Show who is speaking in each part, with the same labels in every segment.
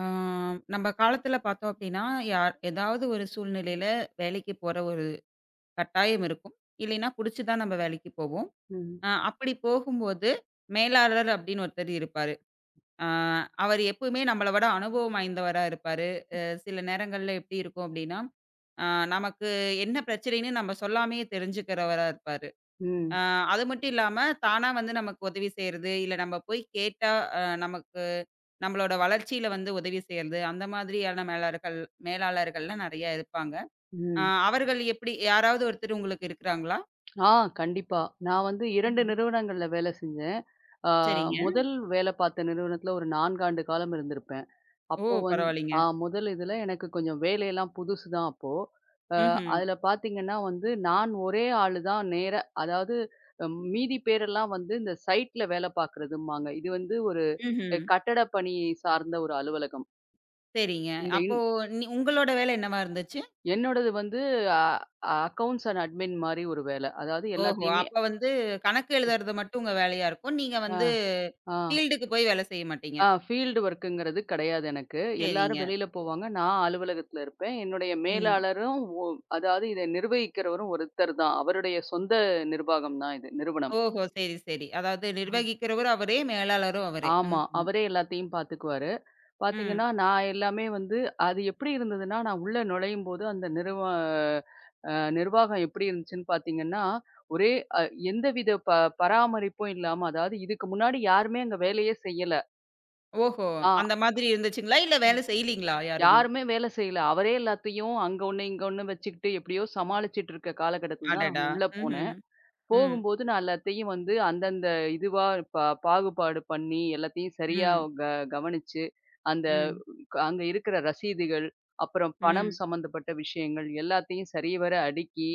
Speaker 1: ஆ, நம்ம காலத்துல பார்த்தோம் அப்படின்னா, யார் ஏதாவது ஒரு சூழ்நிலையில வேலைக்கு போற ஒரு கட்டாயம் இருக்கும். இல்லைன்னா புடிச்சு தான் நம்ம வேலைக்கு போவோம்.
Speaker 2: ம்,
Speaker 1: அப்படி போகும்போது, மேலாளர் அப்படின்னு ஒருத்தர் இருப்பாரு. அ அவர் எப்பவுமே நம்மள விட அனுபவம் வாய்ந்தவரா இருப்பாரு. சில நேரங்கள்ல எப்படி இருக்கும் அப்படின்னா, அ நமக்கு என்ன பிரச்சனைன்னு நம்ம சொல்லாமயே தெரிஞ்சுக்கிறவரா இருப்பாரு.
Speaker 2: ம்,
Speaker 1: அ அது மட்டும் இல்லாம, தானா வந்து நமக்கு உதவி செய்றது, இல்ல நம்ம போய் கேட்டா நமக்கு நம்மளோட வளர்ச்சியில வந்து உதவி செய்றது, அந்த மாதிரியான மேலாளர்கள் மேலாளர்கள்லாம் நெறையா இருப்பாங்க. அ
Speaker 2: ம்.
Speaker 1: அவர்கள் எப்படி யாராவது ஒருத்தர் உங்களுக்கு இருக்கிறாங்களா?
Speaker 2: ஆ கண்டிப்பா. நான் வந்து 2
Speaker 1: ம்ஹ்ம்.
Speaker 2: நிறுவனங்கள்ல வேலை செஞ்சேன். ஆ
Speaker 1: சரிங்க.
Speaker 2: முதல் வேலை பார்த்த நிறுவனத்துல ஒரு 4 ஆண்டு காலம் இருந்திருப்பேன்.
Speaker 1: ஓ!
Speaker 2: அப்போ வந்
Speaker 1: பரவாயில்லைங்க.
Speaker 2: ஆ முதல் இதுல எனக்கு கொஞ்சம் வேலையெல்லாம் புதுசு தான் அப்போ. அ
Speaker 1: ம்ஹ்ம்.
Speaker 2: அதுல பார்த்தீங்கன்னா வந்து நான் ஒரே ஆளு தான் நேரா அதாவது மீதி பேரெல்லாம் வந்து இந்த சைட்ல வேலை பார்க்குறதும்பாங்க. இது வந்து ஒரு
Speaker 1: ம்ஹ்ம்.
Speaker 2: கட்டட பணி சார்ந்த ஒரு அலுவலகம்.
Speaker 1: சரிங்க.
Speaker 2: இந்த
Speaker 1: அப்போ
Speaker 2: இன்
Speaker 1: நீ உங்களோட வேலை என்னவா இருந்துச்சு?
Speaker 2: என்னோடது வந்து அ அக்கவுண்ட்ஸ் அண்ட் அட்மின் மாரி ஒரு வேலை. அதாவது
Speaker 1: ஓஹோ!
Speaker 2: எல்லாத்தையுமே
Speaker 1: அப்ப வந்து கணக்கு எழுதுறது மட்டும் உங்க வேலையா இருக்கும். நீங்க
Speaker 2: ஆ,
Speaker 1: வந்து
Speaker 2: ஆ,
Speaker 1: ஃபீல்டுக்கு போய் வேலை செய்ய மாட்டீங்க.
Speaker 2: ஆ ஃபீல்டு ஒர்க்குங்கிறது கிடையாது எனக்கு. எல்லாரும்
Speaker 1: சரிங்க.
Speaker 2: வெளியில போவாங்க. நான் அலுவலகத்துல இருப்பேன். என்னுடைய
Speaker 1: ம்.
Speaker 2: மேலாளரும் ஒ அதாவது இத நிர்வகிக்கிறவரும் ஒருத்தர் தான். அவருடைய சொந்த நிர்வாகம் தான் இது, நிறுவனம்.
Speaker 1: ஓஹோ! சரி, சரி. அதாவது நிர்வகிக்கிறவரும் அவரே, மேலாளரும் அவரே.
Speaker 2: ஆமா.
Speaker 1: ம்ஹ்ம்.
Speaker 2: அவரே எல்லாத்தையும் பார்த்துக்குவாரு.
Speaker 1: ம்.
Speaker 2: பார்த்தீங்கன்னா, நான் எல்லாமே வந்து அது எப்படி இருந்ததுன்னா, நான் உள்ள நுழையும்போது அந்த நிறுவ அ நிர்வாகம் எப்படி இருந்துச்சுன்னு பார்த்தீங்கன்னா, ஒரே அ எந்தவித பராமரிப்பும் இல்லாம, அதாவது இதுக்கு முன்னாடி யாருமே அங்க வேலையே செய்யல.
Speaker 1: ஓஹோ!
Speaker 2: ஆ.
Speaker 1: அந்த மாதிரி இருந்துச்சுங்களா? இல்ல வேலை செய்யலீங்களா யாருமே?
Speaker 2: யாருமே வேலை செய்யல. அவரே எல்லாத்தையும் அங்க ஒண்ணு, இங்க ஒண்ணு வச்சுக்கிட்டு எப்படியோ சமாளிச்சுட்டு இருக்க காலகட்டத்துல தான் நான்
Speaker 1: அடடா!
Speaker 2: உள்ள
Speaker 1: ம்ஹ்ம்.
Speaker 2: போனேன்.
Speaker 1: ம்.
Speaker 2: போகும்போது நான் எல்லாத்தையும் வந்து அந்தந்த இதுவா பா பாகுபாடு பண்ணி எல்லாத்தையும் சரியா
Speaker 1: ம்.
Speaker 2: க கவனிச்சு, அந்த
Speaker 1: ம்.
Speaker 2: அங்க இருக்கிற ரசீதுகள், அப்புறம் பணம்
Speaker 1: ம்.
Speaker 2: சம்மந்தப்பட்ட விஷயங்கள் எல்லாத்தையும் சரிவர அடுக்கி,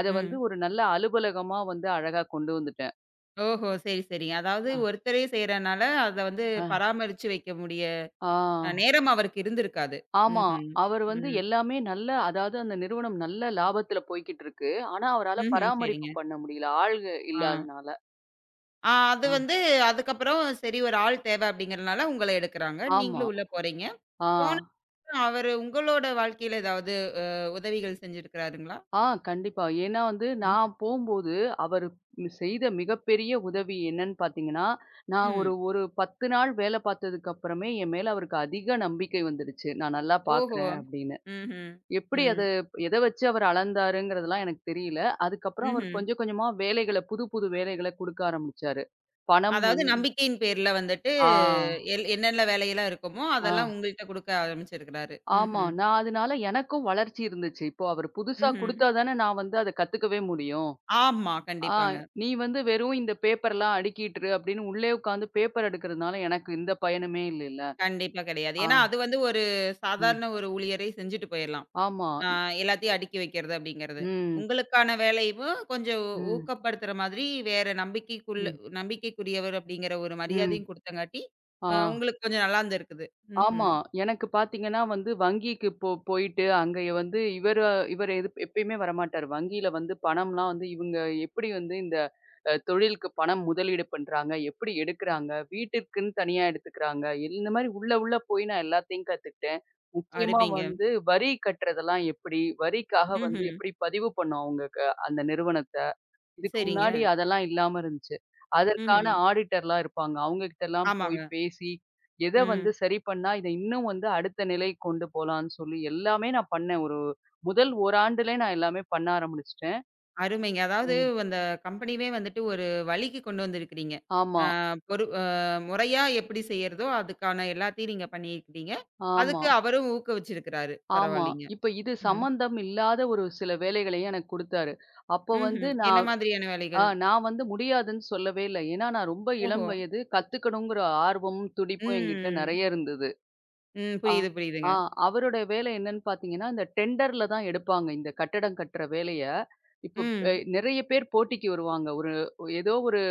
Speaker 2: அத வந்து
Speaker 1: ம்.
Speaker 2: ஒரு நல்ல அலுவலகமா வந்து அழகா கொண்டு வந்துட்டேன்.
Speaker 1: ஓஹோ! சரி, சரிங்க. அதாவது
Speaker 2: அ,
Speaker 1: ஒருத்தரே செய்றனால, அத வந்து
Speaker 2: அ,
Speaker 1: பராமரிச்சு வைக்க முடிய
Speaker 2: ஆ.
Speaker 1: நேரம் அவருக்கு இருந்திருக்காது.
Speaker 2: ஆமா.
Speaker 1: ம்ஹ்ம்.
Speaker 2: அவர் வந்து
Speaker 1: ம்.
Speaker 2: எல்லாமே நல்ல அதாவது அந்த நிறுவனம் நல்ல லாபத்துல போய்க்கிட்டு இருக்கு. ஆனா, அவரால
Speaker 1: ம்ஹ்ம். சரிங்க.
Speaker 2: பராமரிப்பு பண்ண முடியல. ஆள்க
Speaker 1: ஆ.
Speaker 2: இல்லாதனால.
Speaker 1: ஆ அது
Speaker 2: ஆ.
Speaker 1: வந்து அதுக்கப்புறம் சரி ஒரு ஆள் தேவை அப்படிங்கிறனால உங்கள எடுக்குறாங்க.
Speaker 2: ஆமா.
Speaker 1: நீங்களும் உள்ள போறீங்க.
Speaker 2: ஆ.
Speaker 1: போனப்ப அவரு உங்களோட வாழ்க்கையில ஏதாவது உதவிகள் செஞ்சிருக்கிறாருங்களா?
Speaker 2: ஆ கண்டிப்பா. ஏன்னா வந்து
Speaker 1: ம்.
Speaker 2: நான் போம்போது, அவரு செய்த மிகப்பெரிய உதவி என்னன்னு பார்த்தீங்கன்னா, நான் ஒரு
Speaker 1: ம்.
Speaker 2: ஒரு 10 நாள் வேலை பார்த்ததுக்கு அப்புறமே என் மேல அவருக்கு அதிக நம்பிக்கை வந்துருச்சு. நான் நல்லா
Speaker 1: ஓஹோ!
Speaker 2: பார்க்குறேன் அப்படின்னு.
Speaker 1: ம்ஹ்ம்.
Speaker 2: எப்படி
Speaker 1: ம்.
Speaker 2: அது எத வச்சு அவர் அளந்தாருங்கிறதெல்லாம் எனக்கு தெரியல. அதுக்கப்புறம் அவர்
Speaker 1: ம்ஹ்ம்.
Speaker 2: கொஞ்சம் கொஞ்சமா வேலைகள புது புது வேலைகள குடுக்க ஆரம்பிச்சாரு. பணம்
Speaker 1: அதாவது
Speaker 2: வந்
Speaker 1: நம்பிக்கையின் பேர்ல வந்துட்டு
Speaker 2: ஆ,
Speaker 1: எல் என்னென்ன வேலையெல்லாம் இருக்குமோ,
Speaker 2: ஆ,
Speaker 1: அதெல்லாம் உங்கள்ட்ட குடுக்க ஆரம்பிச்சிருக்கிறாரு.
Speaker 2: ஆமா.
Speaker 1: ம்ஹ்ம்.
Speaker 2: நான் அதனால எனக்கும் வளர்ச்சி இருந்துச்சு. இப்போ அவரு புதுசா
Speaker 1: ம்ஹ்ம்.
Speaker 2: குடுத்தா தானே நான் வந்து அத கத்துக்கவே முடியும்.
Speaker 1: ஆமா.
Speaker 2: ஆ
Speaker 1: கண்டிப்பாங்க.
Speaker 2: நீ வந்து வெறும் இந்த பேப்பர்லாம் அடுக்கிட்டு இரு அப்படின்னு உள்ளே உட்காந்து பேப்பர் அடுக்கிறதுனால எனக்கு எந்த பயனுமே இல்லைல்ல.
Speaker 1: கண்டிப்பா கிடையாது.
Speaker 2: ஆ,
Speaker 1: ஏன்னா, அது வந்து ஒரு
Speaker 2: ம்.
Speaker 1: சாதாரண ஒரு ஊழியரே செஞ்சுட்டு போயிரலாம்.
Speaker 2: ஆமா.
Speaker 1: ஆ எல்லாத்தையும் அடுக்கி வைக்கிறது அப்படிங்கிறது.
Speaker 2: ம்,
Speaker 1: உங்களுக்கான வேலையவும் கொஞ்சம்
Speaker 2: ம்,
Speaker 1: ஊக்கப்படுத்துற மாதிரி வேற நம்பிக்கைக்குள்ள
Speaker 2: ம்,
Speaker 1: நம்பிக்கைக்குரியவர் அப்படிங்கிற ஒரு
Speaker 2: ம்.
Speaker 1: மரியாதையும் குடுத்தங்காட்டி,
Speaker 2: ஆ.
Speaker 1: உங்களுக்கு கொஞ்சம் நல்லா இருந்திருக்குது.
Speaker 2: ஆமா.
Speaker 1: ம்ஹ்ம்.
Speaker 2: எனக்கு பார்த்தீங்கன்னா வந்து வங்கிக்கு போயிட்டு அங்க வந்து இவரு இவரு எது எப்பயுமே வரமாட்டாரு. வங்கியில வந்து பணம்லாம் வந்து இவங்க எப்படி வந்து இந்த தொழிலுக்கு பணம் முதலீடு பண்றாங்க? எப்படி எடுக்குறாங்க? வீட்டிற்குன்னு தனியா எடுத்துக்கிறாங்க. இந்த மாரி உள்ள உள்ள போய் நான் எல்லாத்தையும் கத்துக்கிட்டேன். முக்கியமா
Speaker 1: அருமைங்க.
Speaker 2: வந்து வரி கட்டுறதெல்லாம் எப்படி? வரிக்காக
Speaker 1: ம்ஹ்ம்.
Speaker 2: வந்து எப்படி பதிவு பண்ணும் அவங்க அந்த நிறுவனத்த? இதுக்கு
Speaker 1: சரிங்க.
Speaker 2: முன்னாடி அதெல்லாம் இல்லாம இருந்துச்சு. அதற்கான
Speaker 1: ம்ஹ்ம்.
Speaker 2: ஆடிட்டர்லாம் இருப்பாங்க. அவங்க கிட்டலாம் போய்
Speaker 1: ஆமாங்க.
Speaker 2: பேசி, எத வந்து
Speaker 1: ம்.
Speaker 2: சரி பண்ணா, இத இன்னும் வந்து அடுத்த நிலைக்கு கொண்டு போலான்னு சொல்லி எல்லாமே நான் பண்ணேன். முதல் ஓராண்டுலே நான் எல்லாமே பண்ண ஆரம்பிச்சுட்டேன்.
Speaker 1: அருமைங்க. அதாவது
Speaker 2: ம்.
Speaker 1: அந்த கம்பெனியவே வந்துட்டு ஒரு வழிக்கு கொண்டு வந்திருக்கிறீங்க.
Speaker 2: ஆமா,
Speaker 1: அ பொறு அ முறையா எப்படி செய்யறதோ, அதுக்கான எல்லாத்தையும் நீங்க பண்ணியிருக்கிறீங்க.
Speaker 2: ஆமா,
Speaker 1: அதுக்கு அவரும் ஊக்குவிச்சிருக்கிறாரு.
Speaker 2: ஆமா.
Speaker 1: பரவாயில்லைங்க.
Speaker 2: இப்ப இது
Speaker 1: ம்.
Speaker 2: சம்மந்தம் இல்லாத ஒரு சில வேலைகளையும் எனக்கு குடுத்தாரு. அப்போ வந்து
Speaker 1: ம்ஹ்ம். என்ன
Speaker 2: நான்
Speaker 1: மாதிரியான
Speaker 2: ஆ
Speaker 1: வேலைகள்?
Speaker 2: நான் வந்து முடியாதுன்னு சொல்லவே இல்ல. ஏன்னா நான் ரொம்ப இளம்
Speaker 1: ஓஹோ!
Speaker 2: வயது, கத்துக்கணுங்கிற ஆர்வமும், துடிப்பும் என்கிட்ட
Speaker 1: ம்.
Speaker 2: நெறைய இருந்தது.
Speaker 1: ம்.
Speaker 2: ஆ,
Speaker 1: புரியுது, புரியுதுங்க.
Speaker 2: ஆ. அவருடைய வேலை என்னன்னு பார்த்தீங்கன்னா, இந்த டெண்டர்ல தான் எடுப்பாங்க. இந்த கட்டடம் கட்டுற வேலைய. இப்போ
Speaker 1: ம்.
Speaker 2: நெறைய பேர் போட்டிக்கு வருவாங்க. ஏதோ ஒரு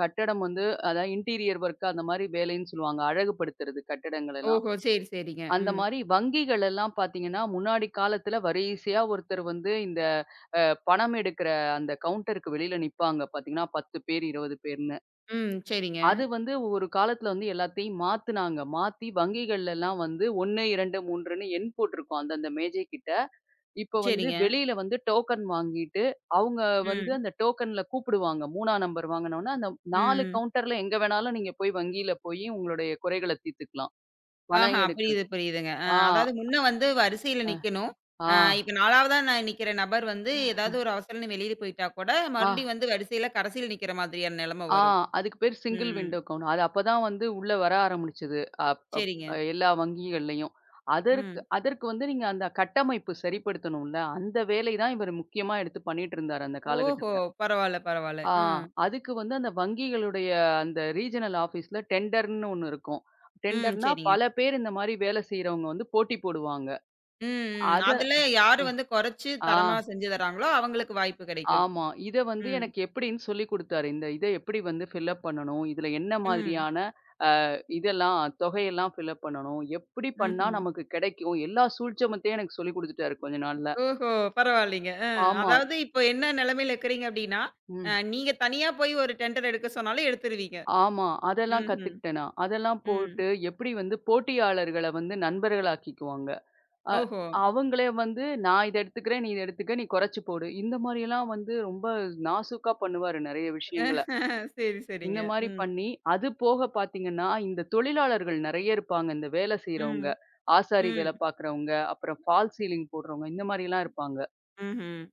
Speaker 2: கட்டடம் வந்து அதான் இன்டீரியர் ஒர்க் அந்த மாரி வேலைன்னு சொல்லுவாங்க. அழகுபடுத்துறது கட்டடங்கள் எல்லாம்.
Speaker 1: ஓஹோ! சரி, சரிங்க.
Speaker 2: அந்த
Speaker 1: ம்.
Speaker 2: மாரி வங்கிகள் எல்லாம் பார்த்தீங்கன்னா, முன்னாடி காலத்துல வரிசையா ஒருத்தர் வந்து இந்த அ பணம் எடுக்கிற அந்த கவுண்டருக்கு வெளியில நிப்பாங்க பார்த்தீங்கன்னா, 10 பேர், 20 பேர்ன்னு.
Speaker 1: ம். சரிங்க.
Speaker 2: அது வந்து ஒரு காலத்துல வந்து எல்லாத்தையும் மாத்துனாங்க. மாத்தி வங்கிகள்லலாம் வந்து 1, 2, 3ன்னு எண் போட்டிருக்கும் அந்தந்த மேஜை கிட்ட. இப்ப வந்து
Speaker 1: சரிங்க.
Speaker 2: வெளியில வந்து டோக்கன் வாங்கிட்டு, அவங்க வந்து
Speaker 1: ம்.
Speaker 2: அந்த டோக்கன்ல கூப்பிடுவாங்க. 3ஆம் நம்பர் வாங்குனோனே, அந்த 4
Speaker 1: ம்.
Speaker 2: கவுண்டர்ல எங்க வேணாலும் நீங்க போய் வங்கியில போயி உங்களுடைய குறைகள தீர்த்துக்கலாம்.
Speaker 1: ஆஹா,
Speaker 2: பணம் எடுக்கிறது.
Speaker 1: புரியுது, புரியுதுங்க.
Speaker 2: ஆ,
Speaker 1: அதாவது முன்ன வந்து வரிசையில
Speaker 2: அ,
Speaker 1: நிக்கணும்.
Speaker 2: ஆ,
Speaker 1: அ இப்ப 4வதா நான் நிக்கிற நபர் வந்து ஏதாவது ஒரு அவசரம்ன்னு வெளியில போயிட்டா கூட,
Speaker 2: ஆ.
Speaker 1: மறுபடியும் வந்து வரிசையில கடைசியில நிக்கிற மாதிரியான நெலைம
Speaker 2: ஆ
Speaker 1: வரும்.
Speaker 2: அதுக்கு பேர் சிங்கிள்
Speaker 1: ம்.
Speaker 2: Window count. அது அப்பதான் வந்து உள்ள வர ஆரம்பிச்சது. அப் அப்
Speaker 1: சரிங்க.
Speaker 2: எல்லா வங்கிகள்லயும். அதற்கு
Speaker 1: ம்.
Speaker 2: அதற்கு வந்து நீங்க அந்த கட்டமைப்பு சரிப்படுத்தணும்ல, அந்த வேலை தான் இவர் முக்கியமா எடுத்து பண்ணிட்டு இருந்தாரு அந்த
Speaker 1: ஓஹோ!
Speaker 2: காலகட்டத்துல.
Speaker 1: பரவால்ல, பரவால்ல.
Speaker 2: ஆ
Speaker 1: ஆ.
Speaker 2: அதுக்கு வந்து அந்த வங்கிகளுடைய அந்த ரீஜனல் ஆஃபீஸ்ல டெண்டர்ன்னு ஒண்ணு இருக்கும்.
Speaker 1: ம்.
Speaker 2: டெண்டர்னா
Speaker 1: சரிங்க.
Speaker 2: பல பேர் இந்த மாரி வேலை செய்றவங்க வந்து போட்டி போடுவாங்க.
Speaker 1: ம், ம்.
Speaker 2: அத
Speaker 1: அதுல யாரு வந்து கொறச்சு
Speaker 2: ஆ
Speaker 1: தரமா செஞ்சு தராங்களோ, அவங்களுக்கு வாய்ப்பு கெடைக்கும்.
Speaker 2: ஆமா. இத வந்து
Speaker 1: ம்.
Speaker 2: எனக்கு எப்படின்னு சொல்லிக் குடுத்தாரு. இத எப்படி வந்து ஃபில் அப் பண்ணணும், இதுல என்ன
Speaker 1: ம்.
Speaker 2: மாதிரியான இதெல்லாம் தொகையெல்லாம் ஃபில்அப் பண்ணணும். எப்படி பண்ணா
Speaker 1: ம்ஹ்ம்.
Speaker 2: நமக்கு கிடைக்கும்? எல்லா சூழ்ச்சமத்தையும் எனக்கு சொல்லிக் குடுத்துட்டாரு கொஞ்ச நாள்ல.
Speaker 1: ஓஹோ! பரவாயில்லைங்க.
Speaker 2: ஆமா.
Speaker 1: அதாவது இப்போ என்ன நெலைமையில இருக்கிறீங்க அப்டின்னா,
Speaker 2: ம்.
Speaker 1: நீங்க தனியா போய் ஒரு டெண்டர் எடுக்க சொன்னாலும் எடுத்துருவீங்க.
Speaker 2: ஆமா. அதெல்லாம்
Speaker 1: ம்ஹ்ம்.
Speaker 2: கத்துக்கிட்டேன் நான். அதெல்லாம்
Speaker 1: ம்.
Speaker 2: போட்டு எப்படி வந்து போட்டியாளர்கள வந்து நண்பர்களாக்கிக்குவாங்க. அ
Speaker 1: ஓஹோ!
Speaker 2: அவங்களே வந்து நான் இத எடுத்துக்கிறேன், நீ இத எடுத்துக்க, நீ குறைச்சு போடு. இந்த மாரியெல்லாம் வந்து ரொம்ப நாசூக்கா பண்ணுவாரு நெறைய விஷயங்கள.
Speaker 1: ஆஹா. சரி,
Speaker 2: இந்த
Speaker 1: சரிங்க.
Speaker 2: மாரி
Speaker 1: ம்.
Speaker 2: பண்ணி, அது போக பார்த்தீங்கன்னா, இந்த தொழிலாளர்கள் நெறைய இருப்பாங்க. இந்த வேலை
Speaker 1: ம்.
Speaker 2: செய்றவங்க. ஆசாரி
Speaker 1: ம்.
Speaker 2: வேலை பார்க்குறவங்க, அப்புறம் ஃபால்ஸ் சீலிங் போடுறவங்க, இந்த மாரிலாம் இருப்பாங்க.
Speaker 1: ம்ஹ்ம்.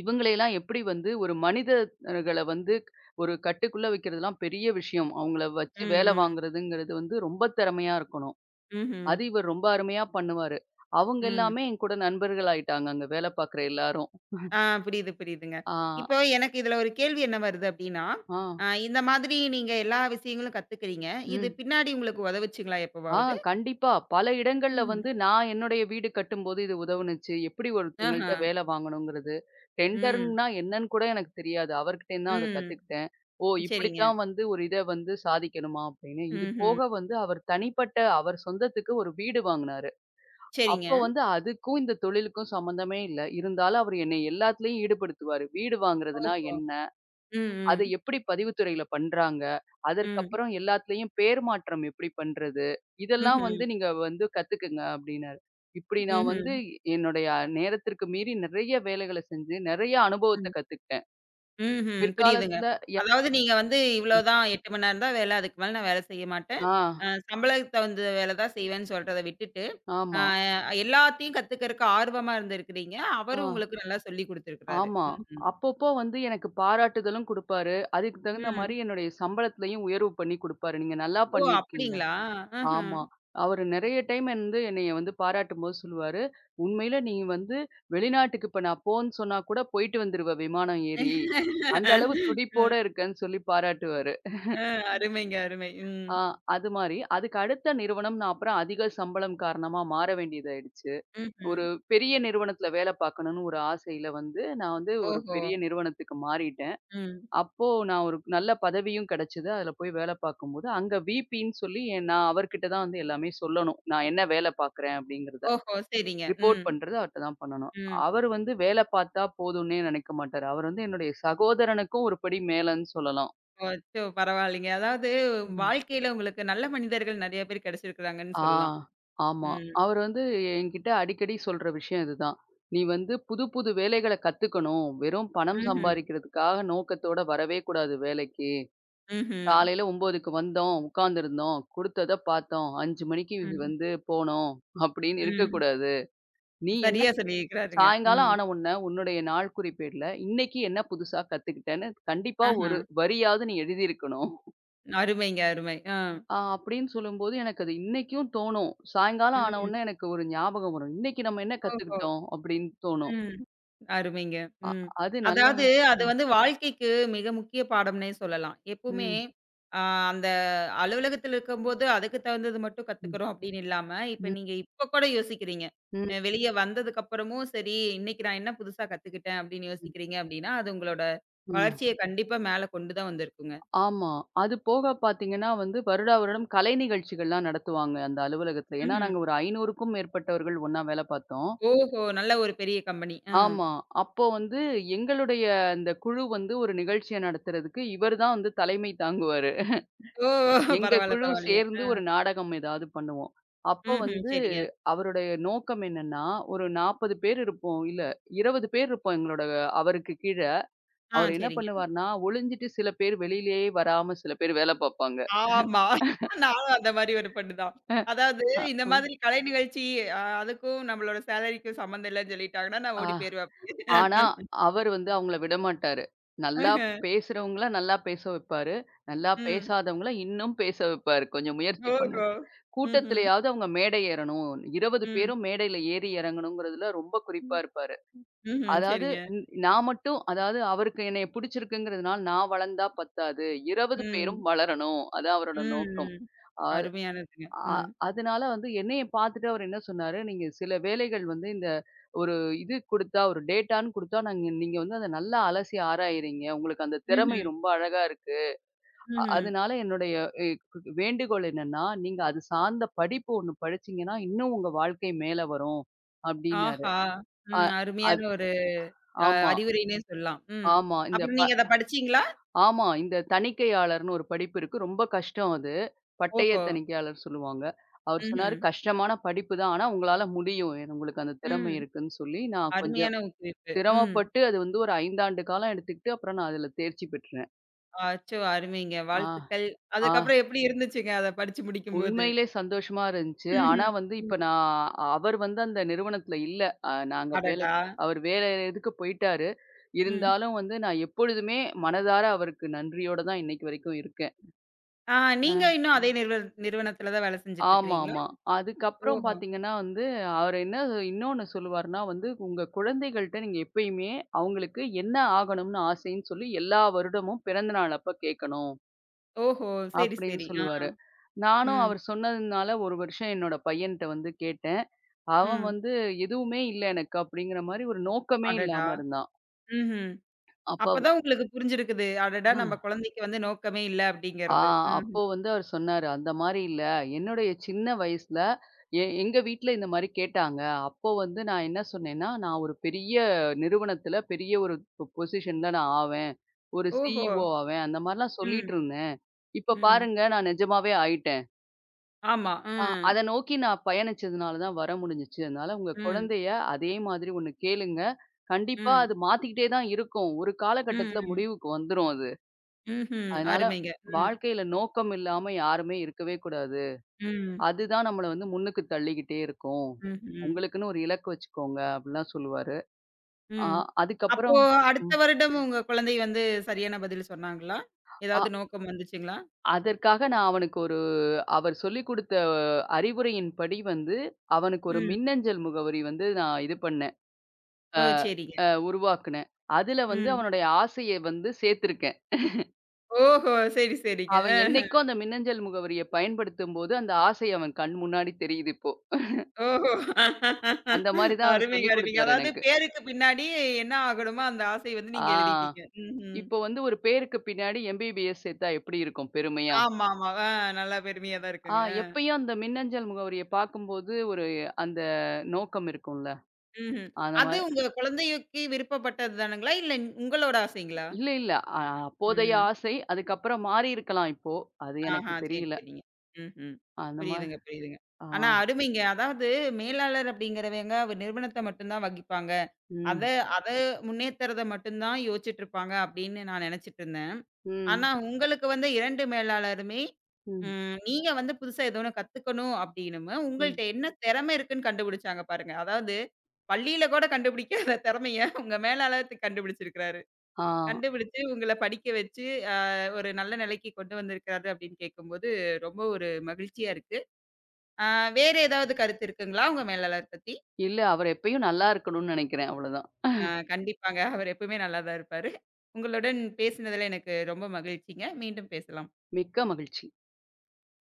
Speaker 2: இவங்களையெல்லாம் எப்படி வந்து ஒரு மனிதர்கள வந்து ஒரு கட்டுக்குள்ள வைக்கிறதுலாம் பெரிய விஷயம். அவங்கள வச்சு
Speaker 1: ம்,
Speaker 2: வேலை
Speaker 1: ம்.
Speaker 2: வாங்குறதுங்கிறது வந்து ரொம்ப திறமையா இருக்கணும்.
Speaker 1: ம்ஹ்ம்.
Speaker 2: அது இவர் ரொம்ப அருமையா பண்ணுவாரு. அவங்க
Speaker 1: ம்.
Speaker 2: எல்லாமே என் கூட நண்பர்கள் ஆயிட்டாங்க, அங்க வேலை பார்க்குற எல்லாரும்.
Speaker 1: ஆ புரியுது, புரியுதுங்க.
Speaker 2: ஆ,
Speaker 1: இப்போ எனக்கு இதுல ஒரு கேள்வி என்ன வருது அப்டின்னா,
Speaker 2: ஆ,
Speaker 1: இந்த மாதிரி நீங்க எல்லா விஷயங்களும் கத்துக்கிறீங்க. இது
Speaker 2: ம்.
Speaker 1: பின்னாடி உங்களுக்கு உதவுச்சுங்களா
Speaker 2: ஆ
Speaker 1: எப்பவாவது?
Speaker 2: கண்டிப்பா. பல இடங்கள்ல
Speaker 1: ம்ஹ்ம்.
Speaker 2: வந்து நான் என்னுடைய வீடு கட்டும்போது இது உதவுனுச்சு. எப்படி
Speaker 1: ஆஹா.
Speaker 2: ஒருத்தங்கள்ட்ட வேலை வாங்கணுங்கிறது.
Speaker 1: ம்.
Speaker 2: டெண்டர்ன்னா என்னன்னு கூட எனக்கு தெரியாது. அவர்கிட்டேருந்து தான் அத
Speaker 1: ம்.
Speaker 2: கத்துக்கிட்டேன். ஓ!
Speaker 1: சரிங்க.
Speaker 2: இப்படித்தான் வந்து ஒரு இத வந்து சாதிக்கணுமா அப்படின்னு. இது
Speaker 1: ம்ஹ்ம்.
Speaker 2: போக வந்து அவர் தனிப்பட்ட அவர் சொந்தத்துக்கு ஒரு வீடு வாங்குனாரு.
Speaker 1: சரிங்க.
Speaker 2: அப்ப வந்து அதுக்கும் இந்த தொழிலுக்கும் சம்மந்தமே இல்ல. இருந்தாலும் அவர் என்னை எல்லாத்துலயும் ஈடுபடுத்துவாரு. வீடு வாங்குறதுனா
Speaker 1: ஓஹோ!
Speaker 2: என்ன?
Speaker 1: ம்,
Speaker 2: அத
Speaker 1: ம்.
Speaker 2: எப்படி பதிவுத்துறையில பண்றாங்க?
Speaker 1: ம்.
Speaker 2: அதற்கப்புறம் எல்லாத்துலயும் பேர் மாற்றம் எப்படி பண்றது? இதெல்லாம்
Speaker 1: ம்ஹ்ம்.
Speaker 2: வந்து நீங்க வந்து கத்துக்குங்க அப்டின்னாரு. இப்படி நான்
Speaker 1: ம்ஹ்ம்.
Speaker 2: வந்து என்னுடைய நேரத்திற்கு மீறி நெறைய வேலைகள செஞ்சு, நெறைய அனுபவத்த
Speaker 1: ம்.
Speaker 2: கத்துக்கிட்டேன்.
Speaker 1: ம்ஹ்ம். புரியுதுங்க.
Speaker 2: பிற்காலத்துல எ
Speaker 1: அதாவது நீங்க வந்து இவ்வளோதான் 8 மணி நேரம் தான் வேலை. அதுக்கு மேல நான் வேலை செய்ய மாட்டேன்.
Speaker 2: ஆ,
Speaker 1: சம்பளத்துக்கு தகுந்த வேலை தான் செய்வேன்னு சொல்றத விட்டுட்டு, அ
Speaker 2: ஆமா.
Speaker 1: எல்லாத்தையும் கத்துக்கறக்கு ஆர்வமா இருந்திருக்கிறீங்க.
Speaker 2: ஆ,
Speaker 1: அவரும் உங்களுக்கு நல்லா சொல்லிக் குடுத்துருக்கிறாரு.
Speaker 2: ஆமா.
Speaker 1: ம்ஹ்ம்.
Speaker 2: அப்பப்போ வந்து எனக்கு பாராட்டுதலும் குடுப்பாரு. அதுக்கு தகுந்த மாரி
Speaker 1: ம்.
Speaker 2: என்னுடைய சம்பளத்திலயும் உயர்வு பண்ணி குடுப்பாரு. நீங்க நல்லா
Speaker 1: ஓ!
Speaker 2: பண்ணியிருக்கீங்க.
Speaker 1: அப்படிங்களா? ம்ஹ்ம்.
Speaker 2: ஆமா. அவரு நெறைய டைம் வந்து என்னைய வந்து பாராட்டும்போது சொல்லுவாரு, "உண்மையில நீ வந்து வெளிநாட்டுக்கு இப்ப நான் போன்னு சொன்னா கூட போயிட்டு வந்துருவ விமானம் ஏறி. அந்த அளவு துடிப்போட
Speaker 1: ம்.
Speaker 2: இருக்கன்னு" சொல்லி பாராட்டுவாரு.
Speaker 1: அ அருமைங்க, அருமை. ம்.
Speaker 2: ஆ அது மாரி அதுக்கு அடுத்த நிறுவனம் நான் அப்புறம் அதிக சம்பளம் காரணமா மாற வேண்டியதாயிடுச்சு.
Speaker 1: ம்ஹ்ம்.
Speaker 2: ஒரு பெரிய நிறுவனத்துல வேல பார்க்கணும்னு ஒரு ஆசையில வந்து நான் வந்து ஒரு
Speaker 1: ஓஹோ!
Speaker 2: பெரிய நிறுவனத்துக்கு மாறிட்டேன்.
Speaker 1: ம்.
Speaker 2: அப்போ நான் ஒரு நல்ல பதவியும் கிடைச்சது. அதுல போய் வேலை பார்க்கும்போது, அங்க விபின்னு சொல்லி நான் அவர்கிட்ட தான் வந்து எல்லாமே சொல்லணும். நான் என்ன வேலை பார்க்குறேன் அப்படிங்கிறத.
Speaker 1: ஓஹோ! சரிங்க.
Speaker 2: ரிப்போர்ட்
Speaker 1: ம்.
Speaker 2: பண்றது அவர்ட்ட தான் பண்ணணும்.
Speaker 1: ம்.
Speaker 2: அவர் வந்து வேலை பார்த்தா போதும்னே நினைக்க மாட்டாரு. அவர் வந்து என்னுடைய சகோதரனுக்கும் ஒரு படி மேலன்னு சொல்லலாம்.
Speaker 1: அச்சோ! பரவாயில்லைங்க. அதாவது
Speaker 2: ம்.
Speaker 1: வாழ்க்கையில உங்களுக்கு நல்ல மனிதர்கள் நெறைய பேர் கிடைச்சிருக்கிறாங்கன்னு
Speaker 2: ஆ,
Speaker 1: சொல்லலாம்.
Speaker 2: ஆமா.
Speaker 1: ம்.
Speaker 2: அவர் வந்து என்கிட்ட அடிக்கடி சொல்ற விஷயம் இதுதான். "நீ வந்து புது புது வேலைகள கத்துக்கணும். வெறும் பணம்
Speaker 1: ம்ஹ்ம்.
Speaker 2: சம்பாரிக்கிறதுக்காக நோக்கத்தோட வரவே கூடாது வேலைக்கு."
Speaker 1: ம்ஹ்ம்.
Speaker 2: காலையில 9க்கு வந்தோம், உட்கார்ந்திருந்தோம், குடுத்தத பார்த்தோம், 5 மணிக்கு இது
Speaker 1: ம்.
Speaker 2: வந்து போனோம் அப்படின்னு
Speaker 1: ம்.
Speaker 2: இருக்கக்கூடாது. நீ என்ன
Speaker 1: சரியா சொல்லியிருக்கிறாருங்க.
Speaker 2: சாயங்காலம்
Speaker 1: ம்.
Speaker 2: ஆன உடனே உன்னுடைய நாள் குறிப்பேடுல இன்னைக்கு என்ன புதுசா கத்துக்கிட்டேன்னு கண்டிப்பா
Speaker 1: ஆஹா.
Speaker 2: ஒரு வரியாவது நீ எழுதியிருக்கணும்.
Speaker 1: அருமைங்க, அருமை. ஆ.
Speaker 2: அப்படின்னு சொல்லும்போது எனக்கு அது இன்னைக்கும் தோணும். சாயங்காலம் ஆன
Speaker 1: ம்.
Speaker 2: உடனே எனக்கு ஒரு ஞாபகம் வரும். இன்னைக்கு நம்ம என்ன
Speaker 1: ஓஹோ!
Speaker 2: கத்துக்கிட்டோம் அப்படின்னு தோணும்.
Speaker 1: ம். அருமைங்க.
Speaker 2: அ
Speaker 1: ம்.
Speaker 2: அது நல்லா
Speaker 1: அதாவது அது
Speaker 2: ம்,
Speaker 1: வந்து வாழ்க்கைக்கு மிக முக்கிய பாடம்னே சொல்லலாம். எப்பவுமே
Speaker 2: ம்,
Speaker 1: அ அந்த அலுவலகத்தில இருக்கும்போது அதுக்கு தகுந்தது மட்டும்
Speaker 2: ம்,
Speaker 1: கத்துக்கிறோம் அப்படின்னு இல்லாம, இப்ப
Speaker 2: ம்,
Speaker 1: நீங்க இப்ப கூட யோசிக்கிறீங்க. வெளிய வந்ததுக்கு அப்புறமும் சரி, இன்னைக்கு நான் என்ன புதுசா கத்துக்கிட்டேன் அப்படின்னு
Speaker 2: ம்,
Speaker 1: யோசிக்கிறீங்க அப்படின்னா, அது உங்களோட
Speaker 2: ம்.
Speaker 1: வளர்ச்சிய கண்டிப்பா மேல கொண்டு தான் வந்திருக்குங்க.
Speaker 2: ஆமா. அது போக பார்த்தீங்கன்னா வந்து, வருடா வருடம் கலை நிகழ்ச்சிகள்லாம் நடத்துவாங்க அந்த அலுவலகத்துல. ஏன்னா
Speaker 1: ம்ஹ்ம்.
Speaker 2: நாங்க ஒரு 500க்கும் மேற்பட்டவர்கள் ஒண்ணா வேலை பார்த்தோம்.
Speaker 1: ஓஹோ! நல்ல ஒரு பெரிய கம்பெனி. ஆ.
Speaker 2: ஆமா. அப்போ வந்து எங்களுடைய அந்த குழு வந்து ஒரு நிகழ்ச்சிய நடத்துறதுக்கு இவர் தான் வந்து தலைமை தாங்குவாரு.
Speaker 1: ஓ!
Speaker 2: எங்க
Speaker 1: பரவால்ல,
Speaker 2: குழு
Speaker 1: பரவால்லங்க.
Speaker 2: சேர்ந்து
Speaker 1: ஆ.
Speaker 2: ஒரு நாடகம் ஏதாவது பண்ணுவோம். அப்போ
Speaker 1: ம்ஹ்ம்.
Speaker 2: வந்து
Speaker 1: சரிங்க.
Speaker 2: அவருடைய நோக்கம் என்னன்னா, ஒரு 40 பேர் இருப்போம். இல்ல 20 பேர் இருப்போம் எங்களோட அவருக்கு கீழ.
Speaker 1: ஆ
Speaker 2: அவர் என்ன
Speaker 1: சரிங்க.
Speaker 2: பண்ணுவார்ன்னா, ஒளிஞ்சிட்டு சில பேர் வெளியிலேயே வராம சில பேர் வேலை பார்ப்பாங்க.
Speaker 1: ஆமா. நானும் அந்த மாரி ஒரு பொண்ணு தான்.
Speaker 2: அ,
Speaker 1: அதாவது இந்த
Speaker 2: அ.
Speaker 1: மாதிரி கலை நிகழ்ச்சி அதுக்கும் நம்மளோட சேலரிக்கும் சம்மந்தம் இல்லன்னு சொல்லிட்டாங்கன்னா, நான்
Speaker 2: ஆ,
Speaker 1: ஓடி போயிருவேன் அப்படியே.
Speaker 2: ஆனா, அவர் வந்து அவங்கள விடமாட்டாரு. நல்லா
Speaker 1: ஆஹ.
Speaker 2: பேசுறவங்கள நல்லா பேச வைப்பாரு. நல்லா
Speaker 1: ம்.
Speaker 2: பேசாதவங்கள இன்னும் பேச வைப்பாரு. கொஞ்சம் முயற்சி பண்ணு.
Speaker 1: ஓஹோ! ம்ஹ்ம்.
Speaker 2: கூட்டத்திலயாவது அவங்க மேடை ஏறணும். 20
Speaker 1: ம்.
Speaker 2: பேரும் மேடையில ஏறி இறங்கணுங்கிறதுல ரொம்ப குறிப்பா இருப்பாரு.
Speaker 1: ம்ஹ்ம்.
Speaker 2: அதாவது
Speaker 1: சரிங்க.
Speaker 2: நான் மட்டும் அதாவது அவருக்கு என்னைய பிடிச்சிருக்குங்கிறதுனால நான் வளர்ந்தா பத்தாது. 20 பேரும்
Speaker 1: ம்.
Speaker 2: வளரணும். அதான் அவரோட நோக்கம்.
Speaker 1: ம்.
Speaker 2: ஆ
Speaker 1: அருமையானதுங்க.
Speaker 2: அ
Speaker 1: ம்.
Speaker 2: அதனால வந்து என்னைய பார்த்துட்டு அவரு என்ன சொன்னாரு, "நீங்க சில வேலைகள் வந்து இந்த ஒரு இது குடுத்தா, ஒரு டேட்டான்னு குடுத்தா, நாங்க நீங்க வந்து அத நல்லா அலசி ஆராயிறீங்க. உங்களுக்கு அந்த திறமை
Speaker 1: ம்ஹ்ம்.
Speaker 2: ரொம்ப அழகா இருக்கு.
Speaker 1: ம்ஹ்ம்.
Speaker 2: அதனால என்னுடைய எ வேண்டுகோள் என்னன்னா, நீங்க அது சார்ந்த படிப்பு ஒண்ணு படிச்சீங்கன்னா, இன்னும் உங்க வாழ்க்கை மேல வரும்." அப்டின்னாரு.
Speaker 1: ஆஹா!
Speaker 2: அ
Speaker 1: ம். அருமையான
Speaker 2: அது
Speaker 1: ஒரு
Speaker 2: ஆமா,
Speaker 1: அறிவுரைன்னே சொல்லலாம். ம்.
Speaker 2: ஆமா. இந்த
Speaker 1: அப்புறம்
Speaker 2: ப
Speaker 1: நீங்க அத படிச்சீங்களா?
Speaker 2: ஆமா. இந்த தணிக்கையாளர்ன்னு ஒரு படிப்பு இருக்கு. ரொம்ப கஷ்டம் அது. பட்டய
Speaker 1: ஓஹோ!
Speaker 2: தணிக்கையாளர் சொல்லுவாங்க. அவர் சொன்னாரு,
Speaker 1: ம்ஹ்ம்.
Speaker 2: "கஷ்டமான படிப்பு தான். ஆனா உங்களால முடியும். உங்களுக்கு அந்த திறமை
Speaker 1: ம்.
Speaker 2: இருக்குன்னு" சொல்லி, நான் கொஞ்சம்
Speaker 1: அருமையான ஊக்குவிப்பு. ம்.
Speaker 2: சிரமப்பட்டு அது வந்து ஒரு 5 ஆண்டு காலம் எடுத்துக்கிட்டு, அப்புறம் நான் அதுல தேர்ச்சி பெற்றேன்.
Speaker 1: அச்சோ! அருமைங்க.
Speaker 2: ஆ,
Speaker 1: வாழ்த்துக்கள்.
Speaker 2: ஆ.
Speaker 1: அதுக்கப்புறம் எப்படி இருந்துச்சுங்க அத படிச்சு முடிக்கும்போது?
Speaker 2: உண்மையிலே சந்தோஷமா இருந்துச்சு. ஆனா
Speaker 1: ம்ஹ்ம்.
Speaker 2: வந்து இப்ப
Speaker 1: ம்.
Speaker 2: அவர் வந்து அந்த நிறுவனத்துல இல்ல. அ நாங்க வேலை
Speaker 1: அடடா!
Speaker 2: அவர் வேற இதுக்கு போயிட்டாரு.
Speaker 1: ம்.
Speaker 2: இருந்தாலும் வந்து நான் எப்பொழுதுமே மனதார அவருக்கு நன்றியோட தான் இன்னைக்கு வரைக்கும் இருக்கேன்.
Speaker 1: ஆ நீங்க இன்னும் அதே நிறுவனத்தில தான் வேலை செஞ்சுட்டு இருக்கிறீங்களா?
Speaker 2: ஆமாமா. அதுக்கப்புறம்
Speaker 1: ஓஹோ!
Speaker 2: பார்த்தீங்கன்னா வந்து, அவரு என்ன இன்னொன்னு சொல்லுவாருன்னா வந்து, "உங்க குழந்தைகள்ட்ட நீங்க எப்பயுமே அவங்களுக்கு என்ன ஆகணும்னு ஆசைன்னு சொல்லி எல்லா வருடமும் பிறந்த நாள் அப்ப கேட்கணும்."
Speaker 1: ஓஹோ! சரி,
Speaker 2: அப்படின்னு
Speaker 1: சரி. ஆ.
Speaker 2: சொல்லுவாரு. நானும்
Speaker 1: ம்.
Speaker 2: அவர் சொன்னதுனால ஒரு வருஷம் என்னோட பையன்ட்ட வந்து கேட்டேன். அவன்
Speaker 1: ம்.
Speaker 2: வந்து எதுவுமே இல்ல எனக்கு அப்படிங்கிற மாரி ஒரு நோக்கமே
Speaker 1: அடடா!
Speaker 2: இல்லாம இருந்தான்.
Speaker 1: ம்ஹ்ம்.
Speaker 2: அப்ப
Speaker 1: அப்பதான் உங்களுக்கு புரிஞ்சிருக்குது. அடடா!
Speaker 2: அவ
Speaker 1: நம்ம குழந்தைக்கு வந்து நோக்கமே இல்ல
Speaker 2: ஆ
Speaker 1: அப்படிங்கிறது.
Speaker 2: அப்போ
Speaker 1: ம்ஹ்ம்.
Speaker 2: வந்து அவர் சொன்னாரு, அந்த மாரி இல்ல. என்னுடைய சின்ன வயசுல எங்க வீட்ல இந்த மாரி கேட்டாங்க. அப்போ வந்து நான் என்ன சொன்னேன்னா, நான் ஒரு பெரிய நிறுவனத்துல பெரிய ஒரு பொசிஷன்ல நான் ஆவேன். ஒரு
Speaker 1: ஓஹோ!
Speaker 2: CEO ஆவேன். அந்த மாரிலாம்
Speaker 1: ம்.
Speaker 2: சொல்லிட்டு இருந்தேன். இப்ப
Speaker 1: ம்.
Speaker 2: பாருங்க நான் நிஜமாவே ஆயிட்டேன்.
Speaker 1: ஆமா.
Speaker 2: ஆ
Speaker 1: ம்.
Speaker 2: அத நோக்கி நான் பயணிச்சதுனால தான் வர முடிஞ்சுச்சு. அதனால உங்க
Speaker 1: ம்.
Speaker 2: குழந்தைய அதே மாதிரி ஒண்ணு கேளுங்க. கண்டிப்பா
Speaker 1: ம்.
Speaker 2: அது மாத்திக்கிட்டே தான் இருக்கும். ஒரு
Speaker 1: ம்.
Speaker 2: காலகட்டத்துல
Speaker 1: ம்.
Speaker 2: முடிவுக்கு வந்துரும் அது.
Speaker 1: ம்ஹ்ம்.
Speaker 2: அதனால
Speaker 1: அருமைங்க. ம்.
Speaker 2: வாழ்க்கையில நோக்கம் இல்லாம யாருமே இருக்கவே கூடாது.
Speaker 1: ம்.
Speaker 2: அதுதான் நம்மள வந்து முன்னுக்கு தள்ளிக்கிட்டே இருக்கும்.
Speaker 1: ம்ஹ்ம்.
Speaker 2: உங்களுக்குன்னு ஒரு இலக்கு வச்சுக்கோங்க அப்படிலாம் சொல்லுவாரு. ஆ
Speaker 1: ம். அப்போ
Speaker 2: அதுக்கப்புறம்
Speaker 1: அடுத்த
Speaker 2: ம்.
Speaker 1: வருடம் உங்க குழந்தை வந்து சரியான பதில் சொன்னாங்களா?
Speaker 2: அ
Speaker 1: ஏதாவது நோக்கம் வந்துச்சுங்களா?
Speaker 2: அதற்காக நான் அவனுக்கு ஒரு அவர் சொல்லிக் குடுத்த அறிவுரையின்படி வந்து அவனுக்கு ஒரு
Speaker 1: ம்.
Speaker 2: மின்னஞ்சல் முகவரி வந்து நான் இது பண்ணேன். அ
Speaker 1: ஓ! சரிங்க.
Speaker 2: அ உருவாக்குனேன். அதுல வந்து
Speaker 1: ம்.
Speaker 2: அவனுடைய ஆசைய வந்து சேர்த்திருக்கேன்.
Speaker 1: ஓஹோ! சரி, சரிங்க.
Speaker 2: அவன் என்னைக்கும் அந்த மின்னஞ்சல் முகவரிய பயன்படுத்தும்போது, அந்த ஆசை அவன் கண் முன்னாடி தெரியுது இப்போ.
Speaker 1: ஓஹோ!
Speaker 2: அந்த மாரி தான் அவர்
Speaker 1: அருமைங்க,
Speaker 2: சொல்லிக்
Speaker 1: அருமைங்க.
Speaker 2: குடுத்தாரு
Speaker 1: அதாவது
Speaker 2: எனக்கு.
Speaker 1: பேருக்கு பின்னாடி என்ன ஆகணுமோ அந்த ஆசை வந்து
Speaker 2: ஆ.
Speaker 1: நீங்க எழுதிட்டீங்க. ம்ஹ்ம்.
Speaker 2: இப்போ வந்து ஒரு பேருக்கு பின்னாடி MBBS சேர்த்தா எப்படி இருக்கும் பெருமையா?
Speaker 1: ஆமா, ஆமா. ஆ நல்லா பெருமையா தான்
Speaker 2: ஆ
Speaker 1: இருக்குங்க.
Speaker 2: எப்பயும் அந்த மின்னஞ்சல் முகவரிய பார்க்கும்போது ஒரு அந்த நோக்கம் இருக்கும்ல.
Speaker 1: ம்ஹ்ம்.
Speaker 2: அந்த
Speaker 1: அது
Speaker 2: மாரி
Speaker 1: உங்க குழந்தைக்கு விருப்பப்பட்டது தானுங்களா? இல்ல உங்களோட ஆசைங்களா?
Speaker 2: இல்ல, இல்ல. அ அப்போதைய
Speaker 1: ம்.
Speaker 2: ஆசை. அதுக்கப்புறம் மாறி இருக்கலாம் இப்போ. அது எனக்கு
Speaker 1: ஆஹா. சரி,
Speaker 2: தெரியல.
Speaker 1: சரிங்க. ம்ஹ்ம்.
Speaker 2: அந்த மா
Speaker 1: புரியுதுங்க, புரியுதுங்க.
Speaker 2: ஆ.
Speaker 1: ஆனா அருமைங்க. அதாவது மேலாளர் அப்படிங்கிறவங்க ஒரு நிறுவனத்த மட்டும் தான் வகிப்பாங்க. அத
Speaker 2: ம்.
Speaker 1: அத முன்னேத்துறத மட்டும் தான் யோசிச்சுட்டு இருப்பாங்க அப்படின்னு நான் நெனச்சுட்டு இருந்தேன்.
Speaker 2: ம்.
Speaker 1: ஆனா உங்களுக்கு வந்து 2 மேலாளருமே,
Speaker 2: ம்.
Speaker 1: ம் நீங்க வந்து புதுசா ஏதோ ஒண்ணு கத்துக்கணும் அப்படின்னு
Speaker 2: ம்.
Speaker 1: உங்கள்ட்ட என்ன திறமை இருக்குன்னு கண்டுபிடிச்சாங்க பாருங்க. அதாவது பள்ளியில கூட கண்டுபிடிக்காத திறமைய உங்க மேலாளர் கண்டுபிடிச்சிருக்கிறாரு.
Speaker 2: ஆ.
Speaker 1: கண்டுபிடிச்சு உங்கள படிக்க வச்சு, அ ஒரு நல்ல நிலைக்கு கொண்டு வந்திருக்கிறாரு அப்படின்னு கேட்கும்போது, ரொம்ப ஒரு மகிழ்ச்சியா இருக்கு. அ வேற ஏதாவது கருத்து இருக்குங்களா உங்க மேலாளர் பத்தி?
Speaker 2: இல்ல அவர் எப்பயும் நல்லா இருக்கணும்னு நினைக்கிறேன். அவ்வளோதான்.
Speaker 1: அ கண்டிப்பாங்க. அவர் எப்பவுமே நல்லா தான் இருப்பாரு. உங்களுடன் பேசினதுல எனக்கு ரொம்ப மகிழ்ச்சிங்க. மீண்டும் பேசலாம்.
Speaker 2: மிக்க மகிழ்ச்சி.